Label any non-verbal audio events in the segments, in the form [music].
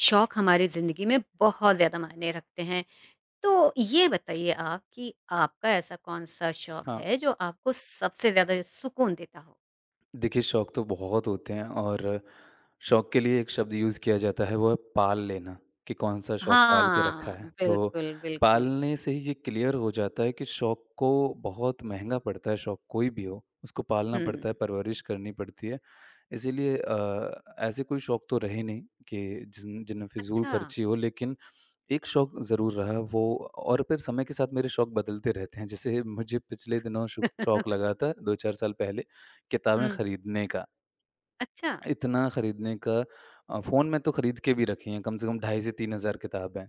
शौक हमारी ज़िंदगी में बहुत ज़्यादा मायने रखते हैं। तो ये बताइए आप कि आपका ऐसा कौन-सा शौक हाँ, है जो आपको सबसे ज़्यादा सुकून देता हो? देखिए शौक तो बहुत होते हैं और शौक के लिए एक शब्द यूज़ किया जाता है वो है पाल लेना, कि कौन-सा शौक पाल के रखा हाँ, है। तो बिल्कुल, बिल्कुल। पालने से ही ये क्लियर हो जाता है कि शौक को बहुत महँगा पड़ता है शौक कोई भी हो, उसको पालना हुँ। पड़ता है, परवरिश करनी पड़ती है। इसीलिए ऐसे कोई शौक तो रहे नहीं कि जिनमें फिज़ूल अच्छा। खर्ची हो, लेकिन एक शौक ज़रूर रहा वो, और फिर समय के साथ मेरे शौक बदलते रहते हैं। जैसे मुझे पिछले दिनों शौ शौक [laughs] लगा था 2-4 साल पहले किताबें हुँ, खरीदने का। अच्छा, इतना खरीदने का फ़ोन में तो खरीद के भी रखी हैं कम से कम ढाई से 3000 किताबें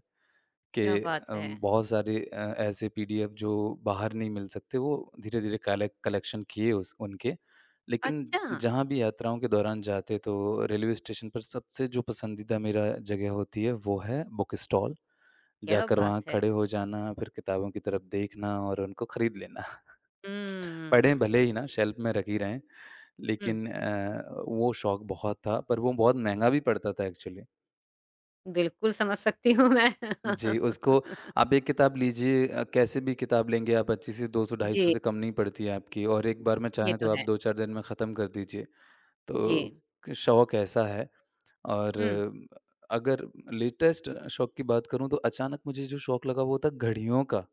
के। क्या बात है! बहुत सारे ऐसे पीडीएफ जो बाहर नहीं मिल सकते वो धीरे-धीरे कलेक्शन किए उस उनके। लेकिन अच्छा, जहाँ भी यात्राओं के दौरान जाते तो रेलवे स्टेशन पर सबसे जो पसंदीदा मेरा जगह होती है वो है बुक स्टॉल। क्या जाकर वहाँ बात है! खड़े हो जाना, फिर किताबों की तरफ देखना और उनको खरीद लेना। [laughs] पढ़ें हुँ, भले ही ना, शेल्फ में रखी रहें, हुँ, लेकिन वो शौक बहुत था, पर वो बहुत महँगा भी पड़ता था एक्चुअली। बिल्कुल समझ सकती हूँ मैं। जी, [laughs] उसको आप एक किताब लीजिए, कैसे भी किताब लेंगे आप, अच्छी सी 200 250 जी, से कम नहीं पड़ती है आपकी, और एक बार में ये चाहें तो तो आप है। 2-4 दिन में ख़त्म कर दीजिए। जी, तो क शौक ऐसा है और हुँ। अगर लेटेस्ट शौक की बात करूँ तो अचानक मुझे जो शौक लगा वो था घड़ियों का।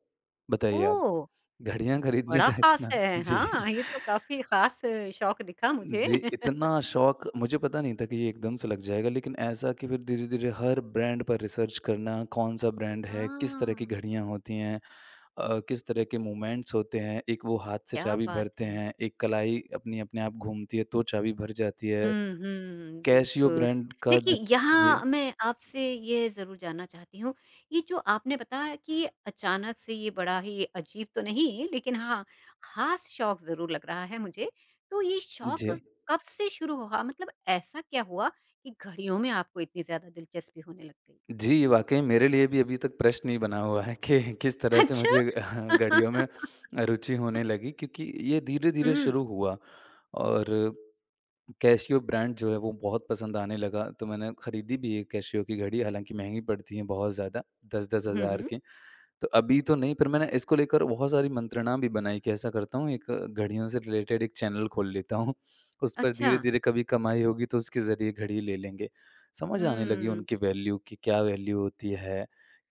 बताइए आप? ओह! घड़ियाँ खरीदने बड़ा का ख़ास इतना, है। जी। हाँ, ये तो काफ़ी ख़ास शौक दिखा मुझे। जी, [laughs] इतना शौक मुझे पता नहीं था कि ये एकदम से लग जाएगा, लेकिन ऐसा कि फिर धीरे-धीरे हर ब्रांड पर रिसर्च करना, कौन-सा ब्रांड है, किस तरह की हाँ, घड़ियाँ होती हैं, किस तरह के मूवमेंट्स होते हैं, एक वो हाथ से क्या चाबी बात भरते है। हैं, एक कलाई अपनी अपने आप घूमती है तो चाबी भर जाती हुँ, है, हुँ, कैसियो बिल्कुल। ब्रांड का देखिए, जित जी। यहाँ मैं आपसे ये ज़रूर जानना चाहती हूँ, ये जो आपने बताया कि ये अचानक से ये बड़ा ही अजीब तो नहीं, लेकिन हाँ, ख़ास शौक ज़रूर लग रहा है मुझे। तो ये शौक जी। कब से शुरू हुआ? मतलब ऐसा क्या हुआ कि घड़ियों में आपको इतनी ज़्यादा दिलचस्पी होने लग गई? जी, वाक़ई मेरे लिए भी अभी तक प्रश्न ही बना हुआ है कि किस तरह से अच्छा। मुझे [laughs] गाड़ियों में [laughs] रुचि होने लगी, क्योंकि ये धीरे-धीरे हुँ। शुरू हुआ और कैसियो ब्रांड जो है वो बहुत पसंद आने लगा, तो मैंने खरीदी भी है कैसियो की घड़ी, हालाँकि महँगी पड़ती हैं बहुत ज़्यादा, 10-10 हुँ, हज़ार हुँ। की। तो अभी तो नहीं, पर मैंने इसको लेकर बहुत सारी मंत्रणा भी बनाई कि ऐसा करता हूँ, एक घड़ियों से रिलेटेड एक चैनल खोल लेता हूँ। उस पर अच्छा। धीरे-धीरे कभी कमाई होगी तो उसके ज़रिए घड़ी ले लेंगे। समझ आने लगी हुँ। उनकी वैल्यू कि क्या वैल्यू होती है,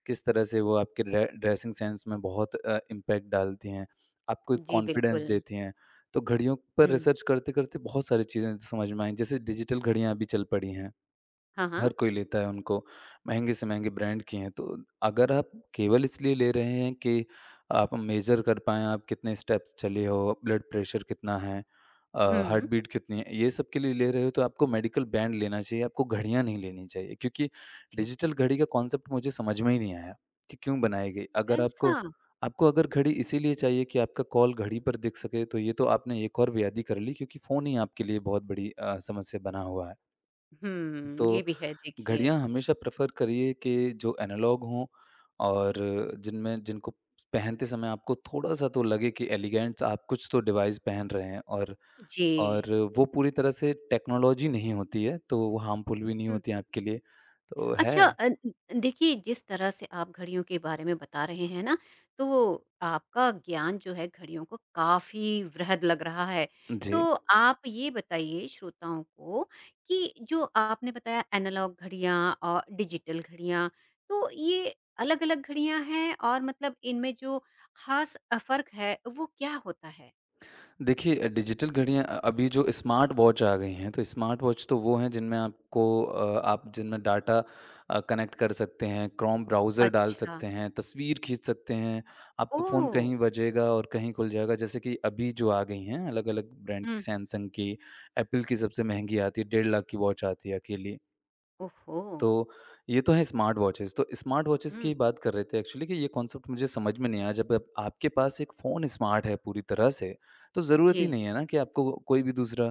किस तरह से वो आपके ड्रेसिंग सेंस में बहुत इम्पैक्ट डालती हैं, आपको एक जी, कॉन्फिडेंस बिल्कुल। देती हैं। तो घड़ियों पर हुँ। रिसर्च करते-करते बहुत सारी चीज़ें समझ में आईं, जैसे डिजिटल घड़ियाँ अभी चल पड़ी हैं। हाँ, हाँ। हर कोई लेता है उनको, महँगे से महँगे ब्रांड की हैं। तो अगर आप केवल इसलिए ले रहे हैं कि आप मेज़र कर पाएँ, आप कितने स्टेप्स चले हो, ब्लड प्रेशर कितना है, हार्ट हुँ। बीट कितनी है, ये सब के लिए ले रहे हो, तो आपको मेडिकल बैंड लेना चाहिए, आपको घड़ियाँ नहीं लेनी चाहिए। क्योंकि ठीक डिजिटल है। घड़ी का कॉन्सेप्ट मुझे समझ में ही नहीं आया कि क्यों बनाई गई। अगर पैसा आपको आपको अगर घड़ी इसीलिए चाहिए कि आपका कॉल घड़ी पर दिख सके, तो ये तो आपने एक और व्याधि कर ली, क्योंकि फ़ोन ही आपके लिए बहुत बड़ी समस्या बना हुआ है। हुँ, ये तो भी है देखिए। घड़ियाँ हमेशा प्रेफ़र करिए कि जो एनालॉग हों और जिनमें जिनको पहनते समय आपको थोड़ा-सा तो लगे कि एलिगेंट्स आप कुछ तो डिवाइस पहन रहे हैं, और जी। और वो पूरी तरह से टेक्नोलॉजी नहीं होती है, तो वो हार्मफुल भी नहीं हुँ। होती है आपके लिए, तो है। अच्छा, देखिए जिस तरह से आप घड़ियों के बारे में बता रहे हैं ना, तो आपका ज्ञान जो है घड़ियों को काफ़ी वृहद लग रहा है। तो जी। आप ये बताइए श्रोताओं को कि जो आपने बताया एनालॉग घड़ियाँ और डिजिटल घड़ियाँ, तो ये अलग-अलग घड़ियाँ हैं और मतलब इनमें जो ख़ास फ़र्क है वो क्या होता है? देखिए डिजिटल घड़ियाँ, अभी जो स्मार्ट वॉच आ गई हैं, तो स्मार्ट वॉच तो वो हैं जिनमें आपको आप जिनमें डाटा कनेक्ट कर सकते हैं, क्रोम ब्राउज़र डाल अच्छा, सकते हैं, तस्वीर खींच सकते हैं, आपका फ़ोन ओह! कहीं बजेगा और कहीं खुल जाएगा। जैसे कि अभी जो आ गई हैं अलग-अलग ब्रांड की, हुँ, सैमसंग की, एप्पल की सबसे महँगी आती है, 1.5 लाख की वॉच आती है अकेली। ओहो! तो ये तो है स्मार्ट वॉचेस। तो स्मार्ट वॉचेस की हुँ, बात कर रहे थे एक्चुअली, कि ये कॉन्सेप्ट मुझे समझ में नहीं आया। जब आप आपके पास एक फ़ोन स्मार्ट है पूरी तरह से, तो ज़रूरत जी, ही नहीं है ना कि आपको कोई भी दूसरा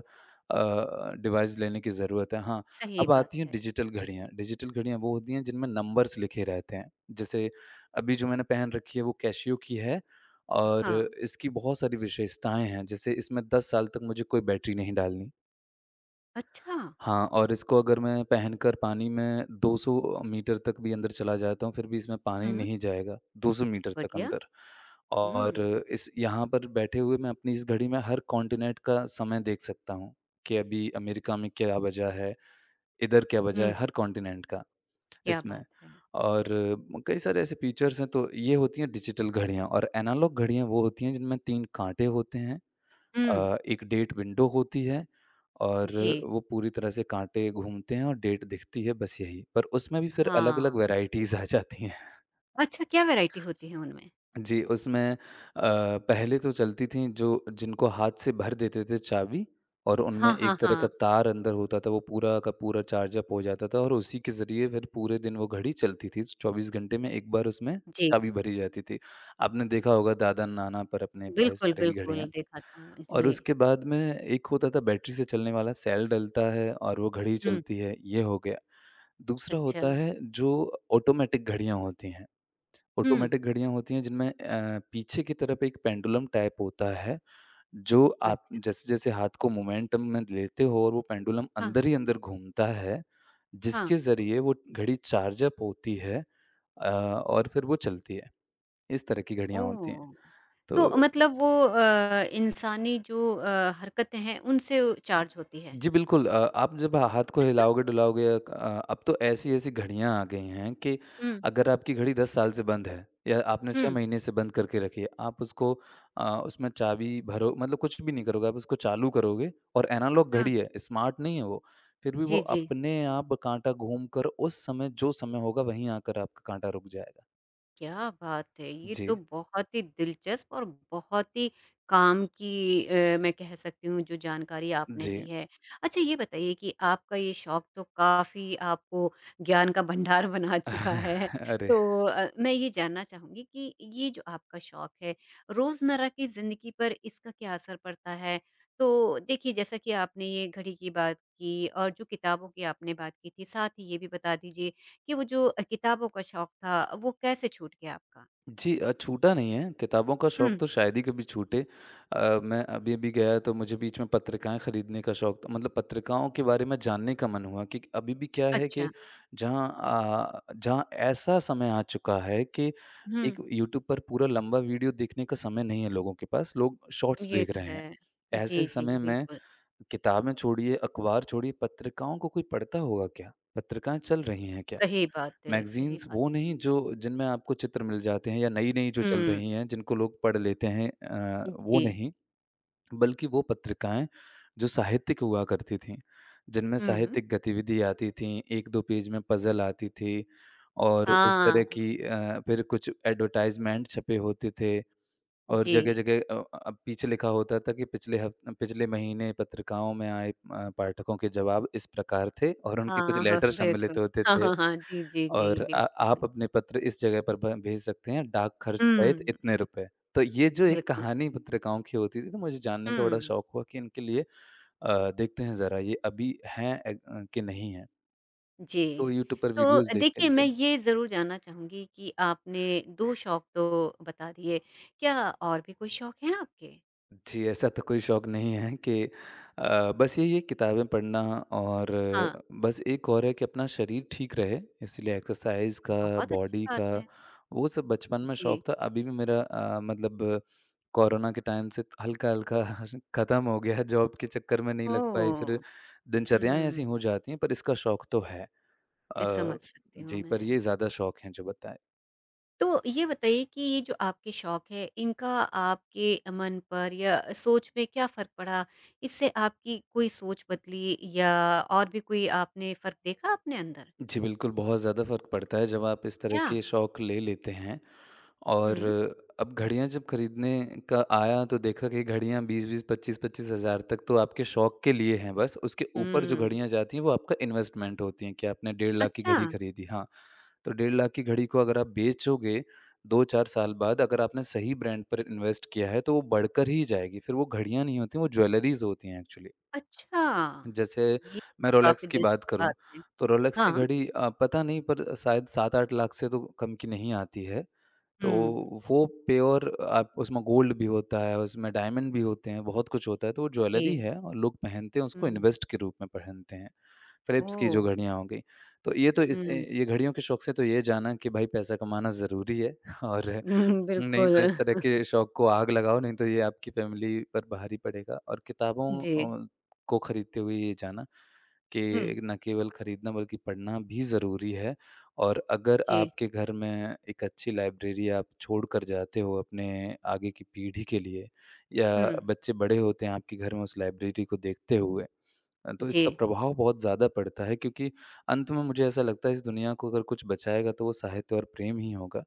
डिवाइस लेने की ज़रूरत है। हाँ, सही अब बात आती हैं है। डिजिटल घड़ियाँ। डिजिटल घड़ियाँ वो होती हैं जिनमें नंबर्स लिखे रहते हैं। जैसे अभी जो मैंने पहन रखी है वो कैसियो की है, और हाँ, इसकी बहुत सारी विशेषताएँ हैं। जैसे इसमें 10 साल तक मुझे कोई बैटरी नहीं डालनी। अच्छा। हाँ, और इसको अगर मैं पहनकर पानी में 200 मीटर तक भी अंदर चला जाता हूँ, फिर भी इसमें पानी हुँ, नहीं जाएगा, 200 मीटर तक बढ़िया। अंदर। और हुँ, इस यहाँ पर बैठे हुए मैं अपनी इस घड़ी में हर कॉन्टिनेंट का समय देख सकता हूँ, कि अभी अमेरिका में क्या बजा है, इधर क्या बजा हुँ, है, हर कॉन्टिनेंट का क्या इसमें। बात है। और कई सारे ऐसे फ़ीचर्स हैं, तो ये होती हैं डिजिटल घड़ियाँ, और एनालॉग घड़ियाँ वो होती हैं जिनमें 3 काँटे होते हैं, हुँ, एक डेट विंडो होती है, और जी, वो पूरी तरह से काँटे घूमते हैं और डेट दिखती है, बस यही। पर उसमें भी फिर अलग-अलग हाँ। वैराइटीज़ आ जाती हैं। अच्छा क्या वैराइटी होती है उनमें? जी, उसमें पहले तो चलती थी जो, जिनको हाथ से भर देते थे चाबी, और उनमें हाँ, हाँ, एक तरह का हाँ। तार अंदर होता था, वो पूरा का पूरा चार्ज अप हो जाता था और उसी के ज़रिए फिर पूरे दिन वो घड़ी चलती थी। 24 घंटे में एक बार उसमें जी, चाबी भरी जाती थी। आपने देखा होगा दादा-नाना पर अपने पर इस बिल्कुल, तरह की बिल्कुल घड़ियाँ। देखा था और जी। उसके बाद में एक होता था बैटरी से चलने वाला, सेल डलता है और वो घड़ी हुँ, चलती है, ये हो गया। दूसरा अच्छा। होता है जो ऑटोमेटिक घड़ियाँ होती हैं। हुँ, ऑटोमेटिक घड़ियाँ होती हैं जिनमें पीछे की तरफ एक पेंडुलम टाइप होता है, जो आप अच्छा। जैसे-जैसे हाथ को मोमेंटम में लेते हो और वो पेंडुलम हाँ, अंदर ही अंदर घूमता है, जिसके हाँ। ज़रिए वो घड़ी चार्ज अप होती है, और फिर वो चलती है। इस तरह की घड़ियाँ होती हैं। ओह! तो तो मतलब वो इंसानी जो हरकतें हैं उनसे चार्ज होती है। जी, बिल्कुल, आप जब हाथ को अच्छा। हिलाओगे-डुलाओगे। अब तो ऐसी-ऐसी घड़ियाँ आ गई हैं कि हुँ, अगर आपकी घड़ी 10 साल से बंद है या आपने 6 हुँ। महीने से बंद करके रखी है, आप उसको उसमें चाबी भरो, मतलब कुछ भी नहीं करोगे, आप उसको चालू करोगे और एनालॉग हाँ। घड़ी है, स्मार्ट नहीं है वो, फिर भी वो जी, जी। अपने आप काँटा घूमकर उस समय जो समय होगा वहीं आकर आपका काँटा रुक जाएगा। क्या बात है! ये तो जी, बहुत ही दिलचस्प और बहुत ही काम की, मैं कह सकती हूँ जो जानकारी आपने जी। दी है। अच्छा ये बताइए कि आपका ये शौक तो काफ़ी आपको ज्ञान का भंडार [laughs] बना चुका है। [laughs] अरे! तो मैं ये जानना चाहूँगी कि ये जो आपका शौक है, रोज़मर्रा की ज़िंदगी पर इसका क्या असर पड़ता है? तो देखिए जैसा कि आपने ये घड़ी की बात की और जो किताबों की आपने बात की थी, साथ ही ये भी बता दीजिए कि वो जो किताबों का शौक था, वो कैसे छूट गया आपका? जी, छूटा नहीं है, किताबों का शौक हुँ, तो शायद ही कभी छूटे। मैं अभी-अभी गया तो मुझे बीच में पत्रिकाएँ खरीदने का शौक था, मतलब पत्रिकाओं के बारे में जानने का मन हुआ कि अभी-भी क्या है, कि अच्छा। जहाँ जहाँ ऐसा समय आ चुका है कि हुँ, एक यूट्यूब पर पूरा लंबा वीडियो देखने का समय नहीं है लोगों के पास, लोग शॉर्ट्स ये देख तो रहे है। हैं। ऐसे जी, जी, समय में बिल्कुल। किताबें छोड़िए, अखबार छोड़िए, पत्रिकाओं को कोई पढ़ता होगा क्या? पत्रिकाएँ चल रही हैं क्या? सही बात है, सही मैगज़ीन्स बात वो है। नहीं जो जिनमें आपको चित्र मिल जाते हैं या नई-नई जो चल हुँ, रही हैं, जिनको लोग पढ़ लेते हैं, वो जी। नहीं, बल्कि वो पत्रिकाएँ जो साहित्यिक हुआ करती थीं, जिनमें हुँ। साहित्यिक गतिविधि आती थीं, 1-2 पेज में पज़ल आती थी और उस तरह हाँ, की, फिर कुछ एडवर्टाइज़मेंट छपे होते थे और जी। जगह-जगह पीछे लिखा होता था कि पिछले महीने पत्रिकाओं में आए पाठकों के जवाब इस प्रकार थे और उनके कुछ हाँ, हाँ, लेटर सम्मिलित बिल्कुल। होते हाँ, थे। हाँ, हाँ। जी, जी, जी। और आ बिल्कुल, बिल्कुल। आप अपने पत्र इस जगह पर भ भेज सकते हैं, डाक खर्च सहित हुँ, इतने रुपए। तो ये जो एक बिल्कुल। कहानी पत्रिकाओं की होती थी, तो मुझे जानने का बड़ा हुँ, शौक हुआ कि इनके लिए देखते हैं ज़रा ये अभी हैं कि नहीं हैं। तो जी। यूट्यूब पर तो वीडियोज़ देखे। देखिए, मैं जी। ये ज़रूर जानना चाहूँगी कि आपने 2 शौक तो बता दिए, क्या और भी कोई शौक हैं आपके? जी, ऐसा तो कोई शौक नहीं है कि बस यही है किताबें पढ़ना, और हाँ, बस एक और है कि अपना शरीर ठीक रहे, इसलिए एक्सरसाइज़ का, बहुत अच्छी बॉडी बात का, है। वो सब बचपन में जी। शौक था। अभी भी मेरा, मतलब कोरोना के टाइम से हल्का-हल्का [laughs] खत्म हो गया, जॉब के चक्कर में नहीं लग पाई, ओह! फिर दिनचर्याएँ ऐसी हुँ, हो जाती हैं, पर इसका शौक तो है। अ, समझ सकती हूँ जी, पर मैं। ये ज़्यादा शौक हैं जो बताए। तो ये बताइए कि ये जो आपके शौक है, इनका आपके मन पर या सोच में क्या फ़र्क पड़ा? इससे आपकी कोई सोच बदली या और भी कोई आपने फ़र्क देखा अपने अंदर? जी, बिल्कुल, बहुत ज़्यादा फ़र्क पड़ता है जब आप इस तरह क्या? के शौक ले लेते हैं। और हुँ। अब घड़ियाँ जब खरीदने का आया तो देखा कि घड़ियाँ 20-20, 25-25 हज़ार तक तो आपके शौक के लिए हैं बस, उसके ऊपर जो हुँ। घड़ियाँ जाती हैं वो आपका इन्वेस्टमेंट होती हैं, कि आपने 1.5 लाख की अच्छा, घड़ी खरीदी। हाँ, तो 1.5 लाख की घड़ी को अगर आप बेचोगे 2-4 साल बाद, अगर आपने सही ब्रांड पर इन्वेस्ट किया है तो वो बढ़कर ही जाएगी। फिर वो घड़ियाँ नहीं होती, वो ज्वेलरीज़ होती हैं एक्चुअली। अच्छा। जैसे ये मैं काफ़ी रोलेक्स की बात दिलचस्प करूँ, बात है। तो रोलेक्स की हाँ। घड़ी पता नहीं, पर शायद 7-8 लाख से तो कम की नहीं आती है। तो हुँ, वो प्योर, आप उसमें गोल्ड भी होता है, उसमें डायमंड भी होते हैं, बहुत कुछ होता है, तो वो जी। ज्वेलरी है और लोग पहनते हैं उसको, हुँ। इन्वेस्ट के रूप में पहनते हैं। फ़िलिप्स की जो ओह! घड़ियाँ हो गई, तो ये तो हुँ। ये घड़ियों के शौक से तो ये जाना कि भाई पैसा कमाना ज़रूरी है [laughs] और हुँ, नहीं बिल्कुल। तो इस तरह के शौक को आग लगाओ, नहीं तो ये आपकी फ़ैमिली पर भारी पड़ेगा। और किताबों जी। अ, को खरीदते हुए ये जाना हुँ, कि न केवल खरीदना बल्कि पढ़ना भी ज़रूरी है। और अगर जी। आपके घर में एक अच्छी लाइब्रेरी आप छोड़ कर जाते हो अपने आगे की पीढ़ी के लिए, या हुँ, बच्चे बड़े होते हैं आपके घर में उस लाइब्रेरी को देखते हुए, तो जी। इसका प्रभाव बहुत ज़्यादा पड़ता है, क्योंकि अंत में मुझे ऐसा लगता है, इस दुनिया को अगर कुछ बचाएगा तो वो साहित्य और प्रेम ही होगा,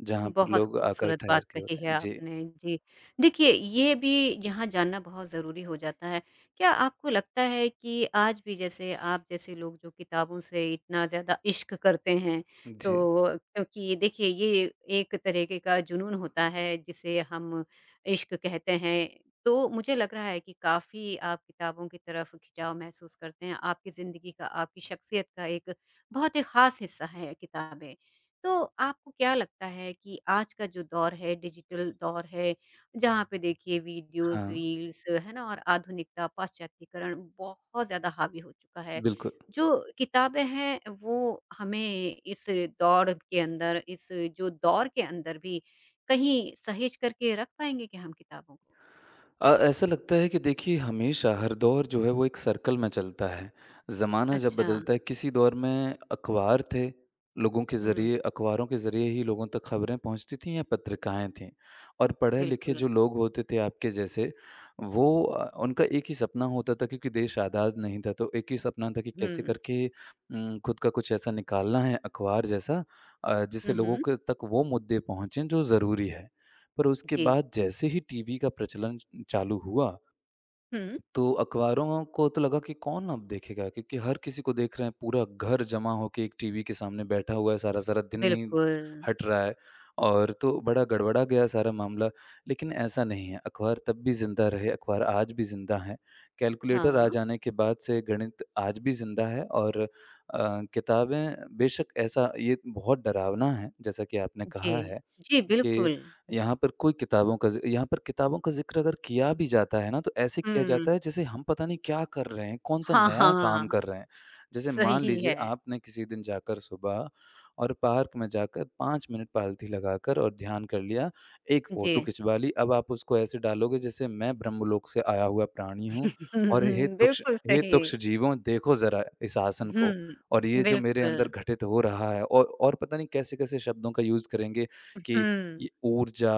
जहाँ पर बहुत लोग आकर खूबसूरत बात ठहर के कही होते है हैं। जी, आपने, जी। देखिए, ये भी यहाँ जानना बहुत ज़रूरी हो जाता है। क्या आपको लगता है कि आज भी जैसे आप जैसे लोग जो किताबों से इतना ज़्यादा इश्क करते हैं, जी। तो क्योंकि देखिए ये एक तरीके का जुनून होता है जिसे हम इश्क कहते हैं, तो मुझे लग रहा है कि काफ़ी आप किताबों की तरफ खिंचाव महसूस करते हैं। आपकी ज़िंदगी का, आपकी शख्सियत का एक बहुत ही ख़ास हिस्सा है किताबें। तो आपको क्या लगता है कि आज का जो दौर है, डिजिटल दौर है, जहाँ पे देखिए वीडियोज़, हाँ, रील्स, है ना? और आधुनिकता, पाश्चात्यकरण बहुत ज़्यादा हावी हो चुका है। बिल्कुल। जो किताबें हैं, वो हमें इस दौड़ के अंदर, इस जो दौर के अंदर भी कहीं सहेज करके रख पाएँगे क्या हम किताबों को? ऐसा लगता है कि देखिए, हमेशा हर दौर जो है वो एक सर्कल में चलता है। ज़माना जब अच्छा। बदलता है, किसी दौर में अखबार थे, लोगों के हुँ, ज़रिए, अखबारों के ज़रिए ही लोगों तक खबरें पहुँचती थीं, या पत्रिकाएँ थीं। और पढ़े-लिखे बिल्कुल। जो लोग होते थे आपके जैसे, वो उनका एक ही सपना होता था, क्योंकि देश आज़ाद नहीं था तो एक ही सपना था कि कैसे हुँ। करके खुद का कुछ ऐसा निकालना है अखबार जैसा, जिससे हुँ, लोगों हुँ। के तक वो मुद्दे पहुँचे जो ज़रूरी है। पर उसके जी। बाद जैसे ही टीवी का प्रचलन चालू हुआ, हुँ, तो अखबारों को तो लगा कि कौन अब देखेगा, क्योंकि हर किसी को देख रहे हैं, पूरा घर जमा होके एक टीवी के सामने बैठा हुआ है, सारा-सारा दिन नहीं बिल्कुल। हट रहा है, और तो बड़ा गड़बड़ा गया सारा मामला। लेकिन ऐसा नहीं है, अखबार तब भी ज़िंदा रहे, अखबार आज भी ज़िंदा हैं। कैलकुलेटर आ हाँ। जाने के बाद से गणित आज भी ज़िंदा है। और किताबें बेशक, ऐसा ये बहुत डरावना है, जैसा कि आपने जी। कहा है जी, कि बिल्कुल। यहाँ पर कोई किताबों का ज़ि यहाँ पर किताबों का ज़िक्र अगर किया भी जाता है ना, तो ऐसे किया हुँ। जाता है जैसे हम पता नहीं क्या कर रहे हैं, कौन-सा हाँ, हाँ, नया काम हाँ, कर रहे हैं। जैसे मान सही लीजिए, है। आपने किसी दिन जाकर सुबह और पार्क में जाकर 5 मिनट पालथी लगाकर और ध्यान कर लिया, एक फ़ोटो जी। खिंचवा ली, अब आप उसको ऐसे डालोगे जैसे मैं ब्रह्मलोक से आया हुआ प्राणी हूँ। [laughs] हुँ, और हे हुँ, तुक्ष बिल्कुल हे सही। तुक्ष जीवों, देखो ज़रा इस आसन को, और हुँ, ये जो मेरे बिल्कुल। अंदर घटित हो रहा है, और पता नहीं कैसे-कैसे शब्दों का यूज़ करेंगे कि हुँ, ये ऊर्जा,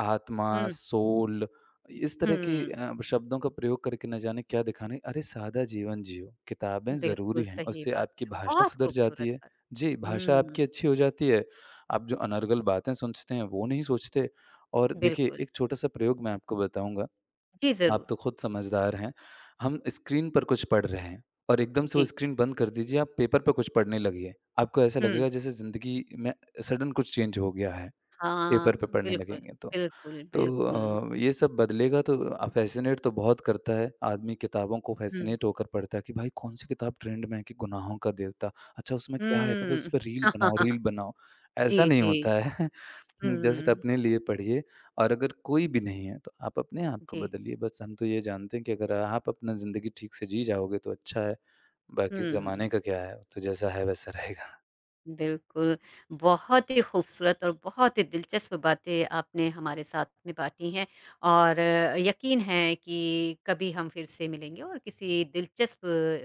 आत्मा, हुँ, सोल, इस हुँ, तरह के शब्दों का प्रयोग करके न जाने क्या दिखाने। अरे सादा जीवन जियो, किताबें बिल्कुल ज़रूरी हैं, सही उससे बात आपकी है। भाषा बहुत सुधर जाती खूबसूरत है। बात। जी, भाषा हुँ, आपकी अच्छी हो जाती है, आप जो अनर्गल बातें सोचते हैं वो नहीं सोचते। और देखिए, बिल्कुल। एक छोटा-सा प्रयोग मैं आपको बताऊँगा, जी, ज़रूर। आप तो खुद समझदार हैं। हम स्क्रीन पर कुछ पढ़ रहे हैं और एकदम से वो जी। स्क्रीन बंद कर दीजिए, आप पेपर पे कुछ पढ़ने लगिए। आपको ऐसा हुँ। लगेगा जैसे ज़िंदगी में सडन कुछ चेंज हो गया है, पेपर पे हाँ, पढ़ने बिल्कुल, लगेंगे तो। बिल्कुल, तो बिल्कुल। ये सब बदलेगा, तो फ़ैसिनेट तो बहुत करता है, आदमी किताबों को हुँ, फ़ैसिनेट होकर पढ़ता है कि भाई कौन-सी किताब ट्रेंड में है, कि गुनाहों का देवता, अच्छा उसमें क्या है? तो फिर उस हुँ। पे रील बनाओ, [laughs] रील बनाओ। ऐसा जी, नहीं जी। होता है [laughs] जस्ट हुँ, अपने लिए पढ़िए, और अगर कोई भी नहीं है तो आप अपने आप को जी। बदलिए। बस हम तो ये जानते हैं कि अगर आप अपना ज़िंदगी ठीक से जी जाओगे तो अच्छा है, बाकी ज़माने हुँ। का क्या है, तो जैसा है वैसा रहेगा। बिल्कुल, बहुत ही खूबसूरत और बहुत ही दिलचस्प बातें आपने हमारे साथ में बाँटी हैं और यकीन है कि कभी हम फिर से मिलेंगे और किसी दिलचस्प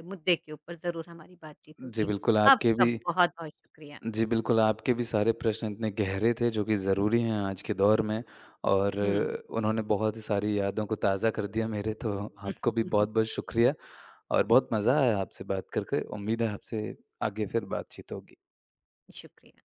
मुद्दे के ऊपर ज़रूर हमारी बातचीत जी, होगी। बिल्कुल आपके आपका भी बहुत-बहुत शुक्रिया। जी, बिल्कुल, आपके भी सारे प्रश्न इतने गहरे थे जो कि ज़रूरी हैं आज के दौर में, और हुँ। उन्होंने बहुत ही सारी यादों को ताज़ा कर दिया मेरे, तो आपको भी बहुत-बहुत [laughs] शुक्रिया। और बहुत मज़ा आया आपसे बात कर के। उम्मीद है आपसे आगे फिर बातचीत होगी। शुक्रिया।